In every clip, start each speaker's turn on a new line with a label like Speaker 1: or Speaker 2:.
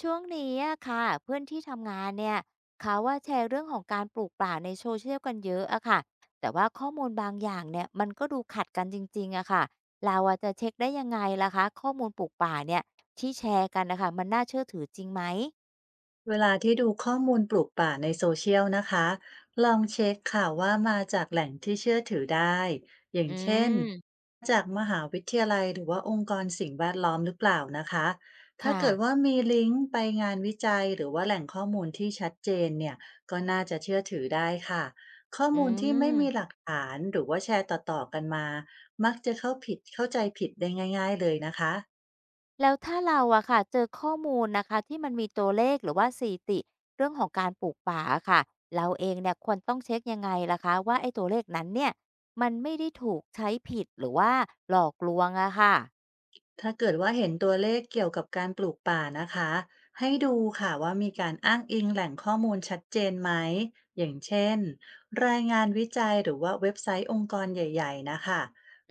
Speaker 1: ช่วงนี้อะค่ะเพื่อนที่ทำงานเนี่ยเขาว่าแชร์เรื่องของการปลูกป่าในโซเชียลกันเยอะอะค่ะแต่ว่าข้อมูลบางอย่างเนี่ยมันก็ดูขัดกันจริงๆอะค่ะเราอะจะเช็คได้ยังไงล่ะคะข้อมูลปลูกป่าเนี่ยที่แชร์กันนะคะมันน่าเชื่อถือจริงไหม
Speaker 2: เวลาที่ดูข้อมูลปลูกป่าในโซเชียลนะคะลองเช็คข่าวว่ามาจากแหล่งที่เชื่อถือได้อย่า
Speaker 1: อื
Speaker 2: งเช่น
Speaker 1: ม
Speaker 2: จากมหาวิทยาลัยหรือว่าองค์กรสิ่งแวดล้อมหรือเปล่านะคะถ้า
Speaker 1: ค่ะ
Speaker 2: เกิดว่ามีลิงก์ไปงานวิจัยหรือว่าแหล่งข้อมูลที่ชัดเจนเนี่ยก็น่าจะเชื่อถือได้ค่ะข้อ
Speaker 1: อื
Speaker 2: มูลที่ไม่มี
Speaker 1: ม
Speaker 2: หลักฐานหรือว่าแชร์ต่อๆกันมามักจะเข้าผิดเข้าใจผิดได้ง่ายๆเลยนะคะ
Speaker 1: แล้วถ้าเราอะค่ะเจอข้อมูลนะคะที่มันมีตัวเลขหรือว่าสถิติเรื่องของการปลูกป่าอะค่ะเราเองเนี่ยควรต้องเช็คยังไงล่ะคะว่าไอ้ตัวเลขนั้นเนี่ยมันไม่ได้ถูกใช้ผิดหรือว่าหลอกลวงอะค่ะ
Speaker 2: ถ้าเกิดว่าเห็นตัวเลขเกี่ยวกับการปลูกป่านะคะให้ดูค่ะว่ามีการอ้างอิงแหล่งข้อมูลชัดเจนไหมอย่างเช่นรายงานวิจัยหรือว่าเว็บไซต์องค์กรใหญ่ๆนะคะ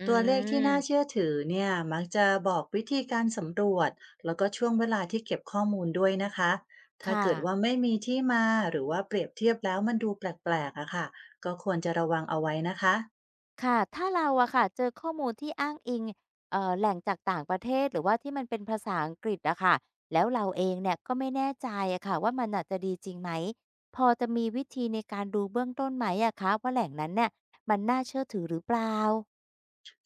Speaker 1: อื
Speaker 2: ตัวเลขที่น่าเชื่
Speaker 1: ม
Speaker 2: อถือเนี่ยมักจะบอกวิธีการสำรวจแล้วก็ช่วงเวลาที่เก็บข้อมูลด้วยนะคะ
Speaker 1: ค
Speaker 2: ถ้าเกิดว่า
Speaker 1: ่ะ
Speaker 2: ไม่มีที่มาหรือว่าเปรียบเทียบแล้วมันดูแปลกๆอะค่ะก็ควรจะระวังเอาไว้นะคะ
Speaker 1: ค่ะถ้าเราอะค่ะเจอข้อมูลที่อ้างอิงแหล่งจากต่างประเทศหรือว่าที่มันเป็นภาษาอังกฤษอะค่ะแล้วเราเองเนี่ยก็ไม่แน่ใจอะค่ะว่ามันน่ะจะดีจริงไหม พอจะมีวิธีในการดูเบื้องต้นไหมอะคะว่าแหล่งนั้นเนี่ยมันน่าเชื่อถือหรือเปล่า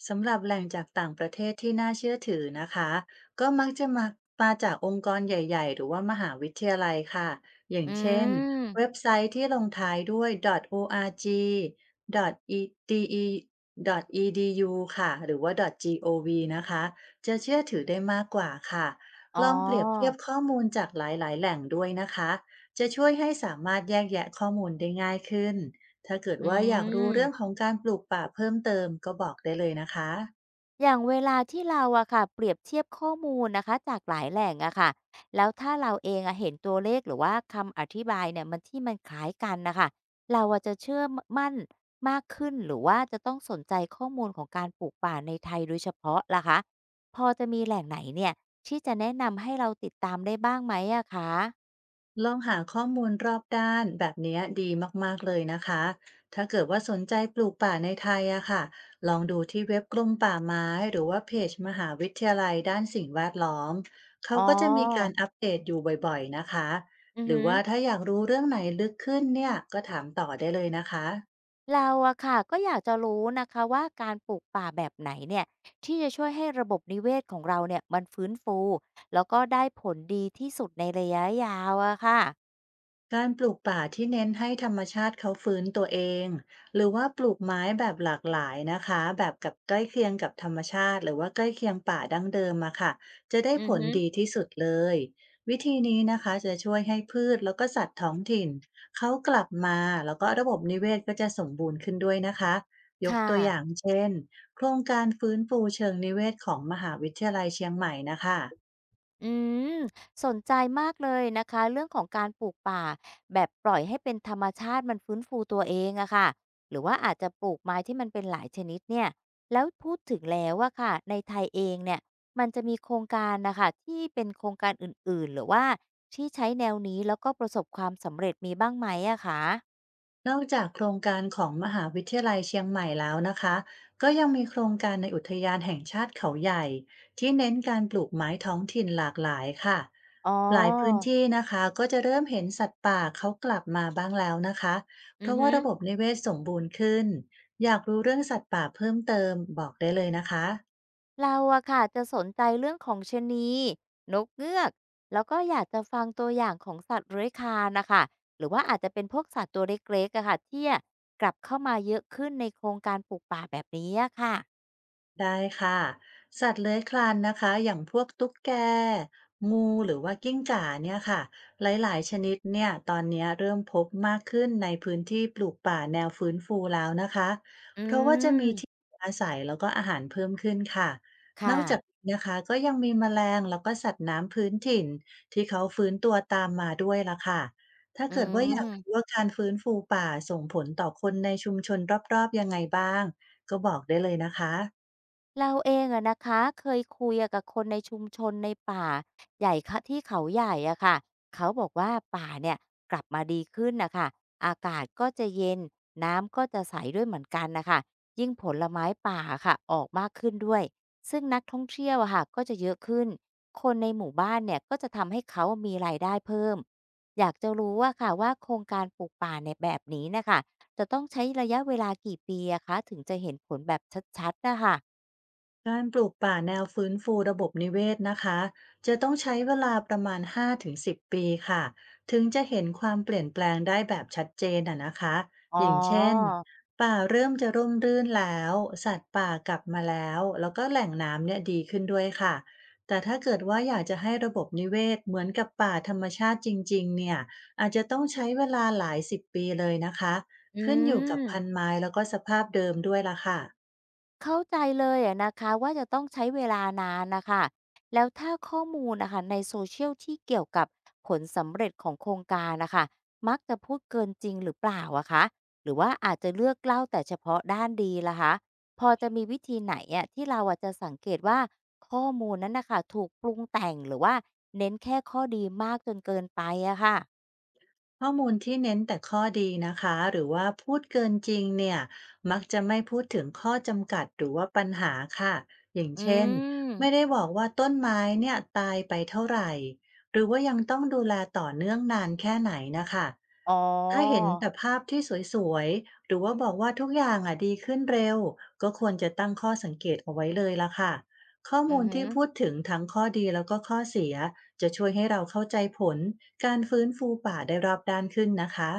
Speaker 2: สำหรับแหล่งจากต่างประเทศที่น่าเชื่อถือนะคะก็มักจะมาจากองค์กรใหญ่ๆหรือว่ามหาวิทยาลัยค่ะอย่าง
Speaker 1: อื
Speaker 2: เช่น
Speaker 1: ม
Speaker 2: เว็บไซต์ที่ลงท้ายด้วย .org .de .edu ค่ะหรือว่า .gov นะคะจะเชื่อถือได้มากกว่าค่ะ
Speaker 1: อ๋
Speaker 2: ลองเปรียบเทีย
Speaker 1: อ
Speaker 2: บข้อมูลจากหลายๆแหล่งด้วยนะคะจะช่วยให้สามารถแยกแยะข้อมูลได้ง่ายขึ้น ถ้าเกิด
Speaker 1: อื
Speaker 2: ว่าอยากรู้เรื่องข
Speaker 1: ม
Speaker 2: องการปลูกป่าเพิ่มเติมก็บอกได้เลยนะคะ
Speaker 1: อย่างเวลาที่เราอะค่ะเปรียบเทียบข้อมูลนะคะจากหลายแหล่งอะค่ะแล้วถ้าเราเองอะเห็นตัวเลขหรือว่าคำอธิบายเนี่ยมันที่มันคล้ายกันนะคะเราอะจะเชื่อมมั่นมากขึ้นหรือว่าจะต้องสนใจข้อมูลของการปลูกป่าในไทยโดยเฉพาะล่ะคะพอจะมีแหล่งไหนเนี่ยที่จะแนะนำให้เราติดตามได้บ้างไหมอะคะ
Speaker 2: ลองหาข้อมูลรอบด้านแบบเนี้ยดีมากๆเลยนะคะ ถ้าเกิดว่าสนใจปลูกป่าในไทยอะค่ะลองดูที่เว็บกรมป่าไม้หรือว่าเพจมหาวิทยาลัยด้านสิ่งแวดล้อมเขา
Speaker 1: อ๋
Speaker 2: ก็จะมีกา
Speaker 1: อ
Speaker 2: รอัปเดตอยู่บ่อยๆนะคะ
Speaker 1: อือ
Speaker 2: หรือ
Speaker 1: ฮึ
Speaker 2: ว่าถ้าอยากรู้เรื่องไหนลึกขึ้นเนี่ยก็ถามต่อได้เลยนะคะ
Speaker 1: เราอะค่ะก็อยากจะรู้นะคะว่าการปลูกป่าแบบไหนเนี่ยที่จะช่วยให้ระบบนิเวศของเราเนี่ยมันฟื้นฟูแล้วก็ได้ผลดีที่สุดในระยะยาวอะค่ะ
Speaker 2: การปลูกป่าที่เน้นให้ธรรมชาติเขาฟื้นตัวเองหรือว่าปลูกไม้แบบหลากหลายนะคะแบบกับใกล้เคียงกับธรรมชาติหรือว่าใกล้เคียงป่าดั้งเดิมอะค่ะจะได้
Speaker 1: อื
Speaker 2: ผ
Speaker 1: อ
Speaker 2: ล
Speaker 1: ฮึ
Speaker 2: ดีที่สุดเลยวิธีนี้นะคะจะช่วยให้พืชแล้วก็สัตว์ท้องถิ่นเขากลับมาแล้วก็ระบบนิเวศก็จะสมบูรณ์ขึ้นด้วยนะคะยก
Speaker 1: ค่ะ
Speaker 2: ตัวอย่างเช่นโครงการฟื้นฟูเชิงนิเวศของมหาวิทยาลัยเชียงใหม่นะคะ
Speaker 1: อืมสนใจมากเลยนะคะเรื่องของการปลูกป่าแบบปล่อยให้เป็นธรรมชาติมันฟื้นฟูตัวเองอะค่ะหรือว่าอาจจะปลูกไม้ที่มันเป็นหลายชนิดเนี่ยแล้วพูดถึงแล้วอะค่ะในไทยเองเนี่ยมันจะมีโครงการนะคะที่เป็นโครงการอื่นๆหรือว่าที่ใช้แนวนี้แล้วก็ประสบความสำเร็จมีบ้างไหมอะคะ
Speaker 2: นอกจากโครงการของมหาวิทยาลัยเชียงใหม่แล้วนะคะก็ยังมีโครงการในอุทยานแห่งชาติเขาใหญ่ที่เน้นการปลูกไม้ท้องถิ่นหลากหลายค่ะ
Speaker 1: อ๋อ
Speaker 2: หลายพื้นที่นะคะก็จะเริ่มเห็นสัตว์ป่าเขากลับมาบ้างแล้วนะคะเพ
Speaker 1: อือ
Speaker 2: ราะว่า
Speaker 1: ฮึ
Speaker 2: ระบบนิเวศสมบูรณ์ขึ้นอยากรู้เรื่องสัตว์ป่าเพิ่มเติมบอกได้เลยนะคะ
Speaker 1: เราอะค่ะจะสนใจเรื่องของชะนีนกเงือกแล้วก็อยากจะฟังตัวอย่างของสัตว์เลื้อยคลานนะคะหรือว่าอาจจะเป็นพวกสัตว์ตัวเล็กๆอะค่ะที่กลับเข้ามาเยอะขึ้นในโครงการปลูกป่าแบบนี้อะค่ะ
Speaker 2: ได้ค่ะสัตว์เลื้อยคลานนะคะอย่างพวกตุ๊กแกงูหรือว่ากิ้งก่าเนี่ยค่ะหลายๆชนิดเนี่ยตอนเนี้ยเริ่มพบมากขึ้นในพื้นที่ปลูกป่าแนวฟื้นฟูแล้วนะคะ
Speaker 1: อื
Speaker 2: เพราะว่าจะ
Speaker 1: ม
Speaker 2: มีที่อาศัยแล้วก็อาหารเพิ่มขึ้นค่ะน
Speaker 1: ค่ะ
Speaker 2: อกจากนี้นะคะก็ยังมีแมลงแล้วก็สัตว์น้ำพื้นถิ่นที่เขาฟื้นตัวตามมาด้วยละค่ะถ้า
Speaker 1: อื
Speaker 2: เกิดว่าอยากรู้
Speaker 1: ม
Speaker 2: ว่าการฟื้นฟูป่าส่งผลต่อคนในชุมชนรอบๆยังไงบ้างก็บอกได้เลยนะคะ
Speaker 1: เราเองอะนะคะเคยคุยอะกับคนในชุมชนในป่าใหญ่ค่ะที่เขาใหญ่อะค่ะเขาบอกว่าป่าเนี่ยกลับมาดีขึ้นนะคะอากาศก็จะเย็นน้ำก็จะใสด้วยเหมือนกันนะคะยิ่งผลไม้ป่าค่ะออกมากขึ้นด้วยซึ่งนักท่องเที่ยวอะค่ะก็จะเยอะขึ้นคนในหมู่บ้านเนี่ยก็จะทำให้เขามีรายได้เพิ่มอยากจะรู้ว่าค่ะว่าโครงการปลูกป่าในแบบนี้นะคะจะต้องใช้ระยะเวลากี่ปีอะคะถึงจะเห็นผลแบบชัดๆนะคะ
Speaker 2: การปลูกป่าแนวฟื้นฟูระบบนิเวศนะคะจะต้องใช้เวลาประมาณ5-10ปีค่ะถึงจะเห็นความเปลี่ยนแปลงได้แบบชัดเจนอ่ะนะคะ
Speaker 1: อ๋อ
Speaker 2: อย่างเช่นป่าเริ่มจะร่มรื่นแล้วสัตว์ป่ากลับมาแล้วแล้วก็แหล่งน้ำเนี่ยดีขึ้นด้วยค่ะแต่ถ้าเกิดว่าอยากจะให้ระบบนิเวศเหมือนกับป่าธรรมชาติจริงๆเนี่ยอาจจะต้องใช้เวลาหลายสิบปีเลยนะคะ
Speaker 1: อื
Speaker 2: ขึ้นอยู่กั
Speaker 1: ม
Speaker 2: บพันไม้แล้วก็สภาพเดิมด้วยล่ะค่ะ
Speaker 1: เข้าใจเลยอะนะคะว่าจะต้องใช้เวลานานน่ะค่ะแล้วถ้าข้อมูลน่ะค่ะใน Social ที่เกี่ยวกับผลสำเร็จของโครงการน่ะค่ะมักจะพูดเกินจริงหรือเปล่าอะคะหรือว่าอาจจะเลือกเล่าแต่เฉพาะด้านดีล่ะคะพอจะมีวิธีไหนอะที่เราอะจะสังเกตว่าข้อมูลนั้นน่ะค่ะถูกปรุงแต่งหรือว่าเน้นแค่ข้อดีมากจนเกินไปอะค่ะ
Speaker 2: ข้อมูลที่เน้นแต่ข้อดีนะคะหรือว่าพูดเกินจริงเนี่ยมักจะไม่พูดถึงข้อจำกัดหรือว่าปัญหาค่ะอย่าง
Speaker 1: อื
Speaker 2: เช่น
Speaker 1: ม
Speaker 2: ไม่ได้บอกว่าต้นไม้เนี่ยตายไปเท่าไหร่หรือว่ายังต้องดูแลต่อเนื่องนานแค่ไหนนะคะ
Speaker 1: อ๋อ
Speaker 2: ถ้าเห็นแต่ภาพที่สวยๆหรือว่าบอกว่าทุกอย่างอ่ะดีขึ้นเร็วก็ควรจะตั้งข้อสังเกตเอาไว้เลยละค่ะข้อ
Speaker 1: อื
Speaker 2: มู
Speaker 1: อ
Speaker 2: ล
Speaker 1: ฮึ
Speaker 2: ที่พูดถึงทั้งข้อดีแล้วก็ข้อเสีย จะช่วยให้เราเข้าใจผลการฟื้นฟูป่าได้รอบด้านขึ้นนะคะ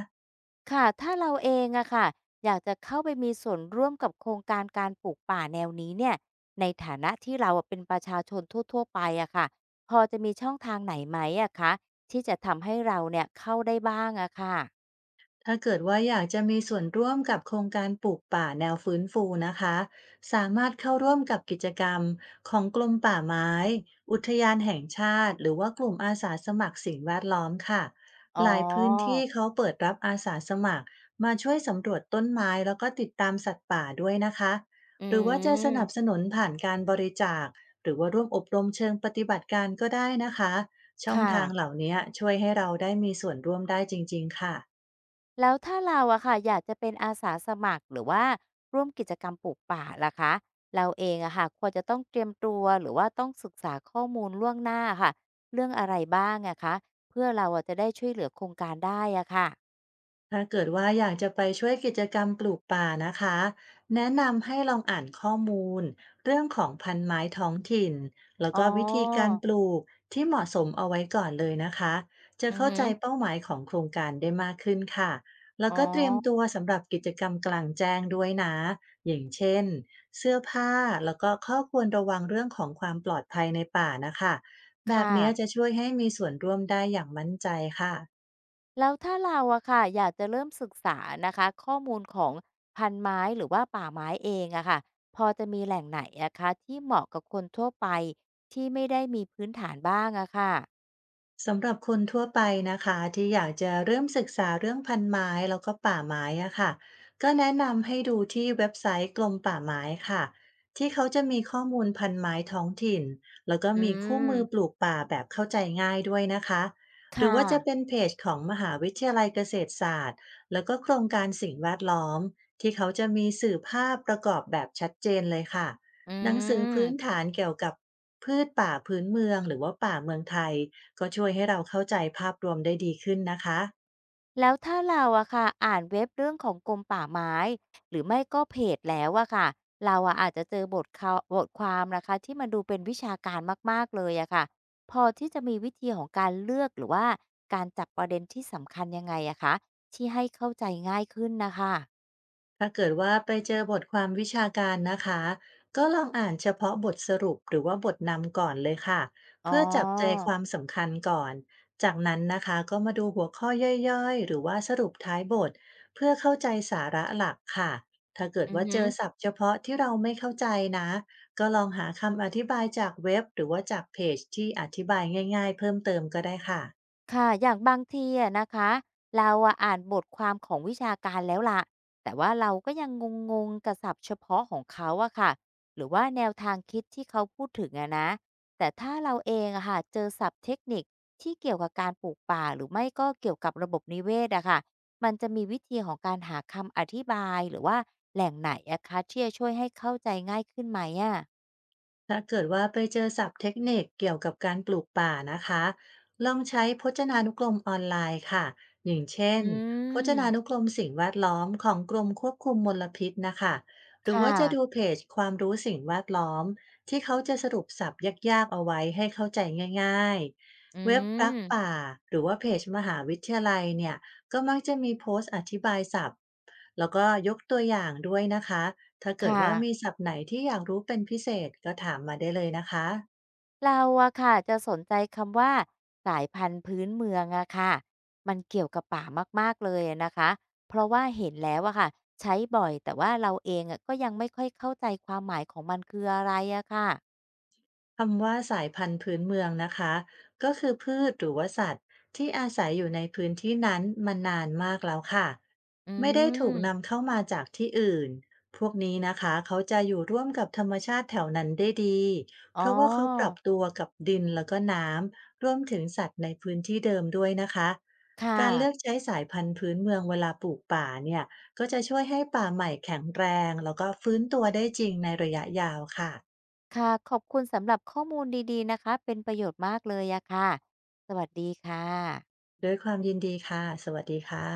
Speaker 1: ค่ะถ้าเราเองอะค่ะอยากจะเข้าไปมีส่วนร่วมกับโครงการการปลูกป่าแนวนี้เนี่ยในฐานะที่เราอะเป็นประชาชนทั่วๆไปอะค่ะพอจะมีช่องทางไหนไหมอะคะที่จะทำให้เราเนี่ยเข้าได้บ้างอะค่ะ
Speaker 2: ถ้าเกิดว่าอยากจะมีส่วนร่วมกับโครงการปลูกป่าแนวฟื้นฟูนะคะสามารถเข้าร่วมกับกิจกรรมของกรมป่าไม้ อุทยานแห่งชาติหรือว่ากลุ่มอาสาสมัครสิ่งแวดล้อมค่ะ
Speaker 1: อ๋อ
Speaker 2: หลายพื้นที่เขาเปิดรับอาสาสมัครมาช่วยสำรวจต้นไม้แล้วก็ติดตามสัตว์ป่าด้วยนะคะ
Speaker 1: อื
Speaker 2: หรือว่าจะสนับส
Speaker 1: ม
Speaker 2: นุนผ่านการบริจาคหรือว่าร่วมอบรมเชิงปฏิบัติการก็ได้นะคะ
Speaker 1: ค
Speaker 2: ช่องทางเห
Speaker 1: ่ะ
Speaker 2: ล่านี้ช่วยให้เราได้มีส่วนร่วมได้จริงๆค่ะ
Speaker 1: แล้วถ้าเราอะค่ะอยากจะเป็นอาสาสมัครหรือว่าร่วมกิจกรรมปลูกป่าล่ะคะเราเองอะค่ะควรจะต้องเตรียมตัวหรือว่าต้องศึกษาข้อมูลล่วงหน้าค่ะเรื่องอะไรบ้างอะคะเพื่อเราอะจะได้ช่วยเหลือโครงการได้อะค่ะ
Speaker 2: ถ้าเกิดว่าอยากจะไปช่วยกิจกรรมปลูกป่านะคะแนะนำให้ลองอ่านข้อมูลเรื่องของพันไม้ท้องถิ่นแล้ว
Speaker 1: อ๋อ
Speaker 2: ก็วิธีการปลูกที่เหมาะสมเอาไว้ก่อนเลยนะคะจะ
Speaker 1: อือ
Speaker 2: เข้า
Speaker 1: หื
Speaker 2: ใจ
Speaker 1: อ
Speaker 2: เป้าหมายของโครงการได้มากขึ้นค่ะแล้
Speaker 1: อ๋
Speaker 2: ว
Speaker 1: อ
Speaker 2: ก็เตรียมตัวสำหรับกิจกรรมกลางแจ้งด้วยนะอย่างเช่นเสื้อผ้าแล้วก็ข้อควรระวังเรื่องของความปลอดภัยในป่านะคะ
Speaker 1: ค
Speaker 2: แบบเนี้ย
Speaker 1: ่ะ
Speaker 2: จะช่วยให้มีส่วนร่วมได้อย่างมั่นใจค่ะ
Speaker 1: แล้วถ้าเราอะค่ะอยากจะเริ่มศึกษานะคะข้อมูลของพันไม้หรือว่าป่าไม้เองอะค่ะพอจะมีแหล่งไหนอะคะที่เหมาะกับคนทั่วไปที่ไม่ได้มีพื้นฐานบ้างอะค่ะ
Speaker 2: สำหรับคนทั่วไปนะคะที่อยากจะเริ่มศึกษาเรื่องพันไม้แล้วก็ป่าไม้อะค่ะก็แนะนำให้ดูที่เว็บไซต์กรมป่าไม้ค่ะที่เขาจะมีข้อมูลพันไม้ท้องถิ่นแล้วก็
Speaker 1: อื
Speaker 2: มีคู่
Speaker 1: ม
Speaker 2: มือปลูกป่าแบบเข้าใจง่ายด้วยนะคะ
Speaker 1: ค
Speaker 2: หรือว่าจะเป็
Speaker 1: ่ะ
Speaker 2: นเพจของมหาวิทยาลัยเกษตรศาสตร์แล้วก็โครงการสิ่งแวดล้อมที่เขาจะมีสื่อภาพประกอบแบบชัดเจนเลยค่ะ
Speaker 1: อื
Speaker 2: หนังสือ
Speaker 1: ม
Speaker 2: พื้นฐานเกี่ยวกับพืชป่าพื้นเมืองหรือว่าป่าเมืองไทย ก็ช่วยให้เราเข้าใจภาพรวมได้ดีขึ้นนะคะ
Speaker 1: แล้วถ้าเราอะค่ะ อ่านเว็บเรื่องของกรมป่าไม้ หรือไม่ก็เพจแล้วอะค่ะเราอะอาจจะเจอบทเาวบทความนะคะที่มันดูเป็นวิชาการมากๆเลยอะค่ะพอที่จะมีวิธีของการเลือกหรือว่าการจับประเด็นที่สำคัญยังไงอะคะที่ให้เข้าใจง่ายขึ้นนะคะ
Speaker 2: ถ้าเกิดว่าไปเจอบทความวิชาการนะคะ ก็ลองอ่านเฉพาะบทสรุปหรือว่าบทนำก่อนเลยค่ะ
Speaker 1: อ๋อ
Speaker 2: เพื่อจับใจความสำคัญก่อน จากนั้นนะคะก็มาดูหัวข้อย่อยๆหรือว่าสรุปท้ายบทเพื่อเข้าใจสาระหลักค่ะ ถ้าเกิด
Speaker 1: อือ
Speaker 2: ว่า
Speaker 1: ฮึ
Speaker 2: เจอศัพท์เฉพาะที่เราไม่เข้าใจนะ ก็ลองหาคำอธิบายจากเว็บหรือว่าจากเพจที่อธิบายง่ายๆเพิ่มเติมก็ได้ค่ะ
Speaker 1: ค่ะอย่างบางทีอะนะคะเราอะอ่านบทความของวิชาการแล้วล่ะแต่ว่าเราก็ยังงงๆกับศัพท์เฉพาะของเขาอะค่ะหรือว่าแนวทางคิดที่เขาพูดถึงอะนะแต่ถ้าเราเองอะค่ะเจอศัพท์เทคนิคที่เกี่ยวกับการปลูกป่าหรือไม่ก็เกี่ยวกับระบบนิเวศอะค่ะมันจะมีวิธีของการหาคำอธิบายหรือว่าแหล่งไหนอะคะที่จะช่วยให้เข้าใจง่ายขึ้นไหมอะ
Speaker 2: ถ้าเกิดว่าไปเจอศัพท์เทคนิคเกี่ยวกับการปลูกป่านะคะลองใช้พจนานุกรมออนไลน์ค่ะอย่างเช่
Speaker 1: อื
Speaker 2: นพจนานุ
Speaker 1: ม
Speaker 2: กรมสิ่งแวดล้อมของกรมควบคุมมลพิษนะคะหรือว่า
Speaker 1: ค่ะ
Speaker 2: จะดูเพจความรู้สิ่งแวดล้อมที่เขาจะสรุปศัพท์ยากๆเอาไว้ให้เข้าใจง่าย
Speaker 1: อื
Speaker 2: ๆเว็บรัก
Speaker 1: ม
Speaker 2: ป่าหรือว่าเพจมหาวิทยาลัยเนี่ยก็มักจะมีโพสต์อธิบายศัพท์แล้วก็ยกตัวอย่างด้วยนะคะ ถ้าเกิด
Speaker 1: ค่ะ
Speaker 2: ว่ามีศัพท์ไหนที่อยากรู้เป็นพิเศษก็ถามมาได้เลยนะคะ
Speaker 1: เราอะค่ะจะสนใจคำว่าสายพันธุ์พื้นเมืองอะค่ะมันเกี่ยวกับป่ามากๆเลยอะนะคะเพราะว่าเห็นแล้วอะค่ะใช้บ่อยแต่ว่าเราเองอะก็ยังไม่ค่อยเข้าใจความหมายของมันคืออะไรอะค่ะ
Speaker 2: คำว่าสายพันธุ์พื้นเมืองนะคะก็คือพืชหรือว่าสัตว์ที่อาศัยอยู่ในพื้นที่นั้นมานานมากแล้วค่ะ
Speaker 1: อื
Speaker 2: ไม่ได้ถูก
Speaker 1: ม
Speaker 2: นำเข้ามาจากที่อื่นพวกนี้นะคะเขาจะอยู่ร่วมกับธรรมชาติแถวนั้นได้ดี
Speaker 1: อ๋
Speaker 2: เพราะว่าเขาปรับ
Speaker 1: อ
Speaker 2: ตัวกับดินแล้วก็น้ำรวมถึงสัตว์ในพื้นที่เดิมด้วยนะคะ
Speaker 1: ค่ะ
Speaker 2: การเลือกใช้สายพันธุ์พื้นเมืองเวลาปลูกป่าเนี่ยก็จะช่วยให้ป่าใหม่แข็งแรงแล้วก็ฟื้นตัวได้จริงในระยะยาวค่ะ
Speaker 1: ค่ะขอบคุณสำหรับข้อมูลดีๆนะคะเป็นประโยชน์มากเลยอะค่ะสวัสดีค่ะ
Speaker 2: ด้วยความยินดีค่ะ สวัสดีค่ะ